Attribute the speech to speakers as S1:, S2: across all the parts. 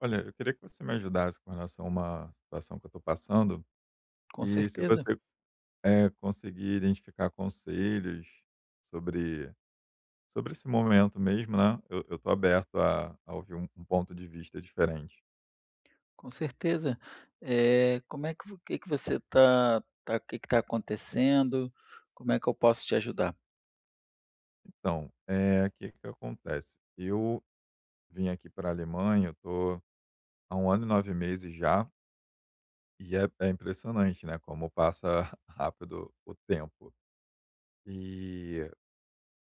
S1: Olha, eu queria que você me ajudasse com relação a uma situação que eu estou passando
S2: Com
S1: e se
S2: certeza,
S1: você conseguir identificar conselhos sobre, sobre esse momento mesmo, né? Eu estou aberto a ouvir um ponto de vista diferente.
S2: com certeza. Como é que vo que você tá acontecendo? Como é que eu posso te ajudar?
S1: Então, é, o que, que acontece? Eu vim aqui para a Alemanha, eu estou há um ano e nove meses já, e é impressionante, né? Como passa rápido o tempo. E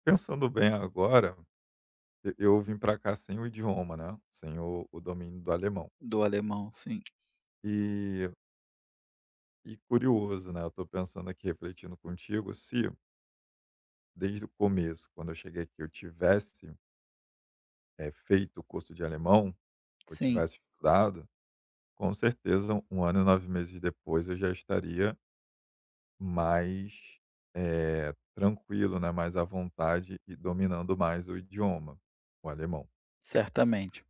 S1: pensando bem agora. E eu vim para cá sem o idioma, né, sem o domínio do alemão.
S2: Do alemão, sim.
S1: E e curioso, né, eu tô pensando aqui, refletindo contigo, se desde o começo, quando eu cheguei aqui, eu tivesse, feito o curso de alemão, ou
S2: Sim,
S1: tivesse estudado, com certeza um ano e 9 meses depois eu já estaria mais, tranquilo, né, mais à vontade e dominando mais o idioma, o alemão.
S2: certamente.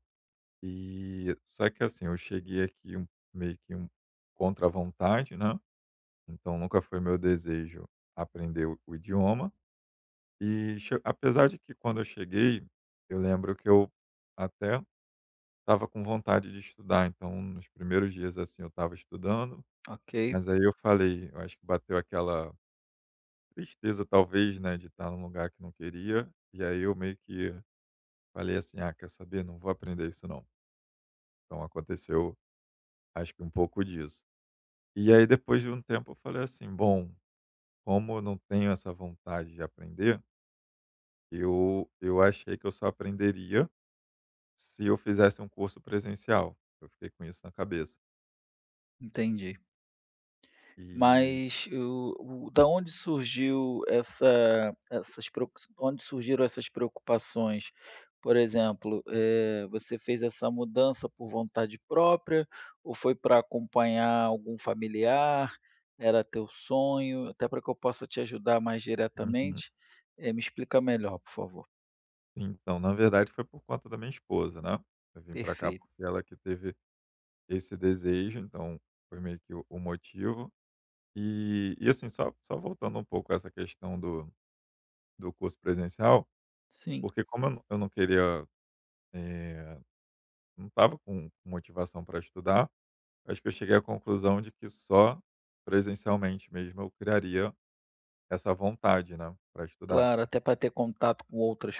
S1: E só que assim, eu cheguei aqui um meio que um contra a vontade, né, então nunca foi meu desejo aprender o idioma e che apesar de que quando eu cheguei, eu lembro que eu até estava com vontade de estudar, então nos primeiros dias, assim, eu estava estudando,
S2: Ok,
S1: mas aí eu falei eu acho que bateu aquela tristeza talvez, né, de estar num lugar que não queria, e aí eu meio que falei assim: "Ah, quer saber? Não vou aprender isso não". Então aconteceu, acho que um pouco disso. E aí depois de um tempo eu falei assim: "Bom, como eu não tenho essa vontade de aprender, eu achei que eu só aprenderia se eu fizesse um curso presencial". Eu fiquei com isso na cabeça.
S2: entendi.
S1: E
S2: Mas o da onde surgiu essa essas preo onde surgiram essas preocupações? Por exemplo, você fez essa mudança por vontade própria ou foi para acompanhar algum familiar? Era teu sonho? Até para que eu possa te ajudar mais
S1: uhum.
S2: diretamente, me explica melhor, por favor.
S1: Então, na verdade foi por conta da minha esposa, né. Eu vim para cá
S2: Perfeito.
S1: porque ela que teve esse desejo, então foi meio que o motivo. E assim, só voltando um pouco a essa questão do do curso presencial,
S2: Sim.
S1: porque como eu não queria, eh não estava com motivação para estudar. Acho que eu cheguei à conclusão de que só presencialmente mesmo eu criaria essa vontade, né, para estudar.
S2: Claro, até para ter contato com outras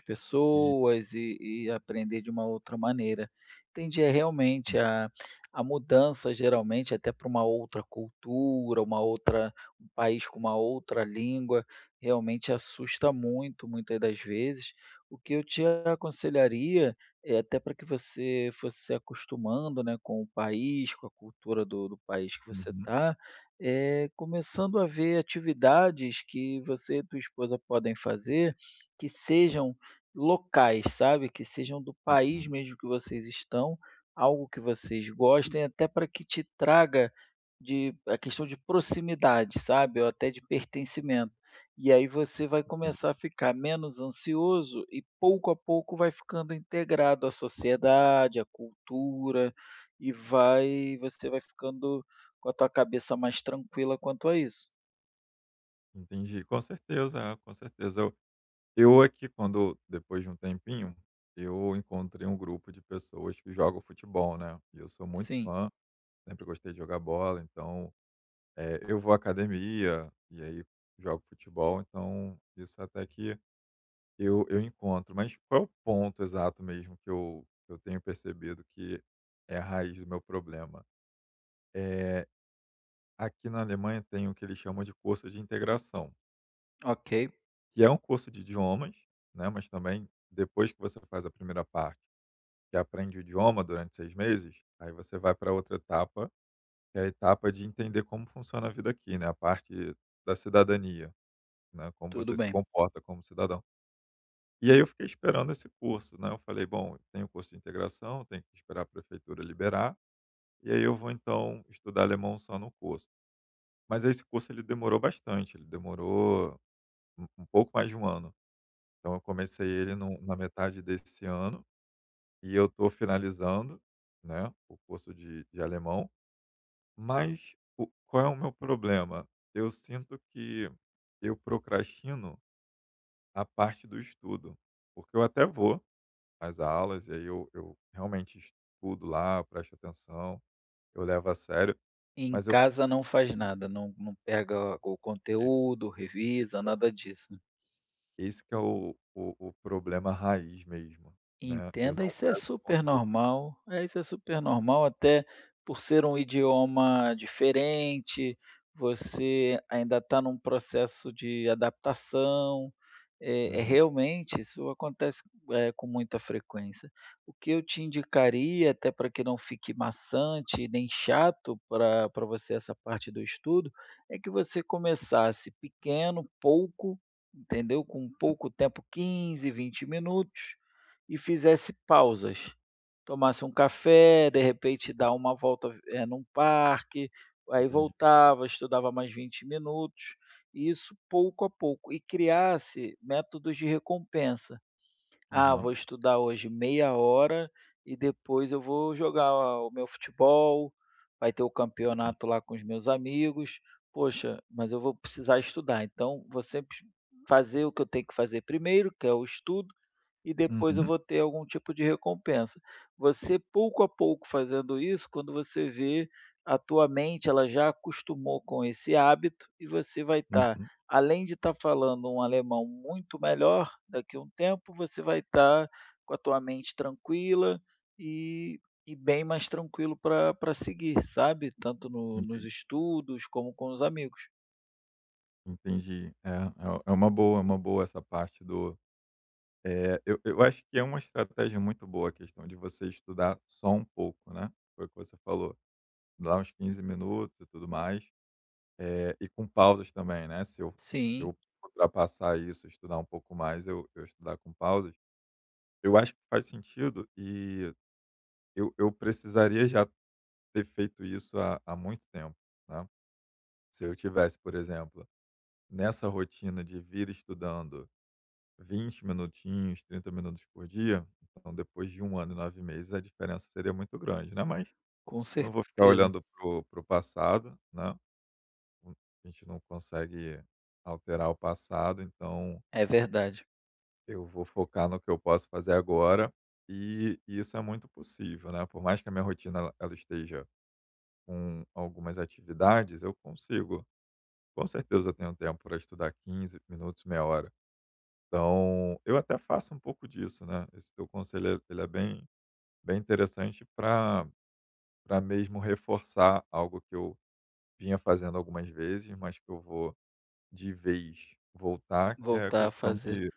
S1: E
S2: pessoas e aprender de uma outra maneira. Entendi, é realmente a mudança geralmente até para uma outra cultura, uma outra um país com uma outra língua, realmente assusta muito, muitas das vezes. O que eu te aconselharia é até para que você fosse se acostumando, né, com o país, com a cultura do país que você
S1: uhum,
S2: está, começando a ver atividades que você e tua esposa podem fazer, que sejam locais, sabe, que sejam do país
S1: uhum.
S2: mesmo que vocês estão, algo que vocês gostem, até para que te traga de a questão de proximidade, sabe, ou até de pertencimento. E aí você vai
S1: Entendi,
S2: começar a ficar menos ansioso e pouco a pouco vai ficando integrado à sociedade, à cultura, e vai você vai ficando com a tua cabeça mais tranquila quanto a isso.
S1: entendi. Com certeza, é, com certeza. Eu aqui quando depois de um tempinho, eu encontrei um grupo de pessoas que jogam futebol, né, e eu sou muito
S2: Sim,
S1: fã, sempre gostei de jogar bola, então, eu vou à academia, e aí jogo futebol, então isso até que eu encontro, mas qual é o ponto exato mesmo que eu tenho percebido que é a raiz do meu problema? Eh, aqui na Alemanha tem o que eles chamam de curso de integração,
S2: ok,
S1: que é um curso de idiomas, né, mas também depois que você faz a primeira parte, que aprende o idioma durante 6 meses, aí você vai para outra etapa, que é a etapa de entender como funciona a vida aqui, né, a parte da cidadania, né, como
S2: tudo
S1: você se
S2: bem.
S1: comporta como cidadão. E aí eu fiquei esperando esse curso, né, eu falei: "Bom, tem o curso de integração, tenho que esperar a prefeitura liberar, e aí eu vou então estudar alemão só no curso". Mas esse curso ele demorou bastante, ele demorou um pouco mais de um ano. Então eu comecei ele no na metade desse ano, e eu estou finalizando, né, o curso de alemão, mas o qual é o meu problema? Eu sinto que eu procrastino a parte do estudo, porque eu até vou as aulas, e aí eu realmente estudo lá, presto atenção, eu levo a sério,
S2: Em
S1: mas eu
S2: casa não faz nada, não pega o
S1: prefiro isso,
S2: conteúdo,
S1: esse
S2: revisa,
S1: que é o
S2: nada disso.
S1: esse que é o problema raiz mesmo, né, eu
S2: Entenda,
S1: não
S2: isso é
S1: pego o
S2: super
S1: conteúdo.
S2: normal. É, isso é super normal, até por ser um idioma diferente, você ainda está num processo de adaptação. É, é
S1: Uhum,
S2: realmente, isso acontece, com muita frequência. O que eu te indicaria, até para que não fique maçante nem chato para você essa parte do estudo, é que você começasse pequeno, pouco, entendeu? Com
S1: uhum,
S2: pouco tempo, 15, 20 minutos. E fizesse pausas. Tomasse um café, de repente dar uma volta, num parque, aí
S1: entendi.
S2: voltava, estudava mais 20 minutos, e isso pouco a pouco. E criasse métodos de recompensa. "Ah,
S1: Aham,
S2: vou estudar hoje meia hora e depois eu vou jogar o meu futebol, vai ter o
S1: entendi.
S2: campeonato lá com os meus amigos. Poxa, mas eu vou precisar estudar", então vou sempre fazer o que eu tenho que fazer primeiro, que é o estudo, e depois eu
S1: Uhum,
S2: vou ter algum tipo de recompensa. Você pouco a pouco fazendo isso, quando você vê, a tua mente ela já acostumou com esse hábito e você vai estar,
S1: uhum,
S2: além de estar falando um alemão muito melhor daqui a um tempo, você vai estar com a tua mente tranquila e, e bem mais tranquilo para seguir, sabe? Tanto no- nos
S1: entendi,
S2: estudos como com os amigos.
S1: entendi. É, é uma boa, é uma boa essa parte do é eu acho que é uma estratégia muito boa a questão de você estudar só um pouco, né, foi o que você falou, dar uns 15 minutos e tudo mais. E com pausas também, né, se eu se
S2: Sim,
S1: eu uhum. Ultrapassar isso, estudar um pouco mais, eu estudar com pausas, eu acho que faz sentido e eu precisaria já ter feito isso há muito tempo, né. Se eu tivesse, por exemplo, nessa rotina de vir estudando 20 minutinhos, 30 minutos por dia, então depois de um ano e 9 meses a diferença seria muito grande, né, mas
S2: com
S1: eu não vou ficar
S2: certeza.
S1: olhando para o passado, né, a gente não consegue alterar o passado, então
S2: É verdade.
S1: eu vou focar no que eu posso fazer agora, e isso é muito possível, né, por mais que a minha rotina ela esteja com algumas atividades, eu consigo. Com certeza eu tenho tempo para estudar 15 minutos, meia hora. Então, eu até faço um pouco disso, né, esse teu conselho ele é bem interessante para para mesmo reforçar algo que eu vinha fazendo algumas vezes, mas que eu vou de vez voltar, que é a
S2: Voltar a
S1: questão
S2: fazer.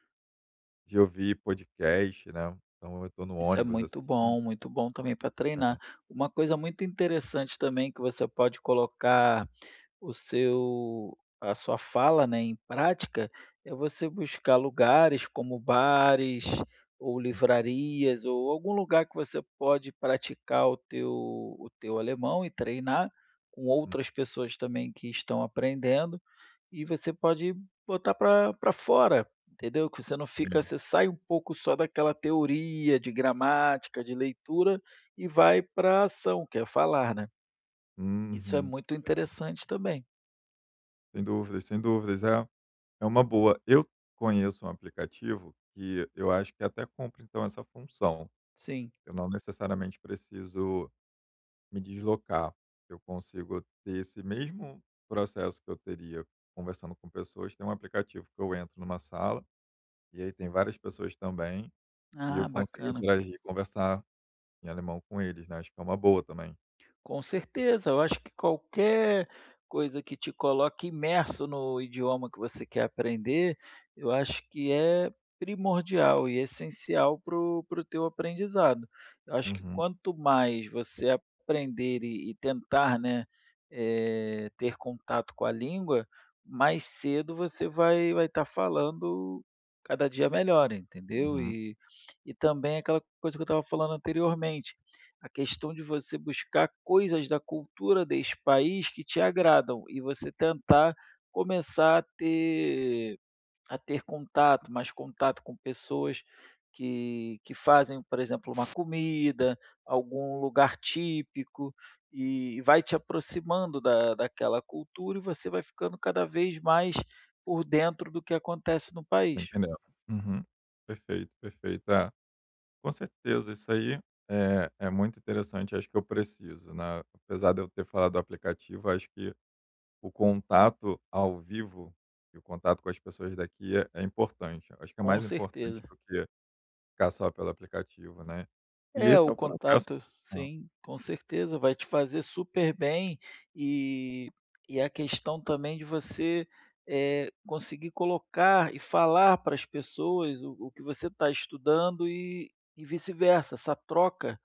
S1: de ouvir podcast, né. Então eu estou no
S2: Isso é
S1: ônibus, assim
S2: muito bom também para
S1: é,
S2: treinar. Uma coisa muito interessante também que você pode colocar o seu a sua fala, né, em prática, é você buscar lugares como bares ou livrarias ou algum lugar que você pode praticar o teu alemão e treinar com
S1: uhum,
S2: outras pessoas também que estão aprendendo. E você pode botar para fora, entendeu? Que você não fica
S1: sim.
S2: você sai um pouco só daquela teoria de gramática, de leitura e vai para ação, que é falar, né. Isso é
S1: Uhum,
S2: muito
S1: é verdade.
S2: interessante também.
S1: Sem dúvidas, sem dúvidas. É uma boa. Eu conheço um aplicativo que eu acho que até cumpre, então, essa função.
S2: Sim.
S1: Eu não necessariamente preciso me deslocar. Eu consigo ter esse mesmo processo que eu teria conversando com pessoas. Tem um aplicativo que eu entro numa sala, e aí tem várias pessoas também, e eu
S2: Ah,
S1: consigo
S2: bacana.
S1: interagir e conversar em alemão com eles, né, acho que é uma boa também.
S2: Com certeza, eu acho que qualquer coisa que te coloque imerso no idioma que você quer aprender, eu acho que é primordial e essencial para o teu aprendizado. Eu acho que
S1: Uhum,
S2: quanto mais você aprender e tentar, né, ter contato com a língua, mais cedo você vai estar falando cada dia melhor, entendeu?
S1: uhum.
S2: E também aquela coisa que eu estava falando anteriormente a questão de você buscar coisas da cultura desse país que te agradam e você tentar começar a ter contato, mais contato com pessoas que fazem, por exemplo, uma comida, algum lugar típico, e vai te aproximando da daquela cultura e você vai ficando cada vez mais por dentro do que acontece no
S1: Tô
S2: país,
S1: entendendo. Uhum. Perfeito, perfeito. É, com certeza, isso aí é muito interessante. Acho que eu preciso, né? Apesar de eu ter falado do aplicativo, acho que o contato ao vivo e o contato com as pessoas daqui é importante. Acho que é
S2: com
S1: mais importante
S2: certeza.
S1: do que ficar só pelo aplicativo, né? E
S2: É,
S1: esse é
S2: o
S1: o processo.
S2: contato,
S1: Ah,
S2: sim, com certeza, vai te fazer super bem e, e a questão também de você conseguir colocar e falar para as pessoas o que você está estudando e vice-versa. Essa troca,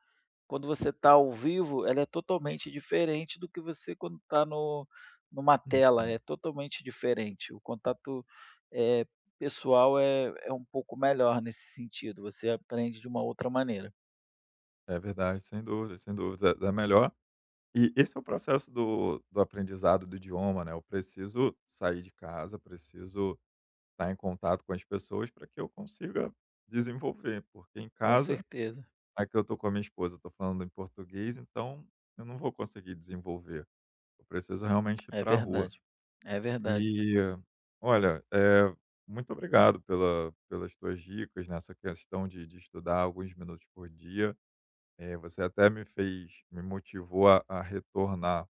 S2: quando você está ao vivo, ela é totalmente diferente do que você quando está no, numa tela,
S1: uhum.
S2: é totalmente diferente. O contato eh, pessoal é, é um pouco melhor nesse sentido, você aprende de uma outra maneira.
S1: É verdade, sem dúvida, sem dúvida. É melhor. E esse é o processo do, do aprendizado do idioma, né? Eu preciso sair de casa, preciso estar em contato com as pessoas para que eu consiga desenvolver, porque em
S2: Com
S1: casa,
S2: certeza,
S1: aqui eu estou com a minha esposa, eu estou falando em português, então eu não vou conseguir desenvolver. Eu preciso realmente ir
S2: é
S1: para a rua.
S2: verdade, é verdade,
S1: E olha, é muito obrigado pela, pelas tuas dicas nessa questão de estudar alguns minutos por dia. Você até me fez, me motivou a retornar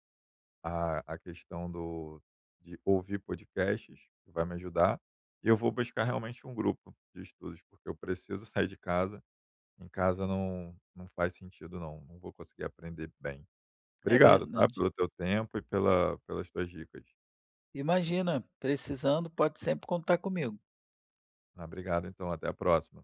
S1: a questão do de ouvir podcasts, que vai me ajudar, e eu vou buscar realmente um grupo de estudos, porque eu preciso sair de casa, em casa não faz sentido não, não vou conseguir aprender bem.
S2: é
S1: Obrigado, tá,
S2: verdade.
S1: pelo teu tempo e pelas tuas dicas.
S2: Imagina, precisando pode sempre contar comigo.
S1: Ah, obrigado então, até a próxima.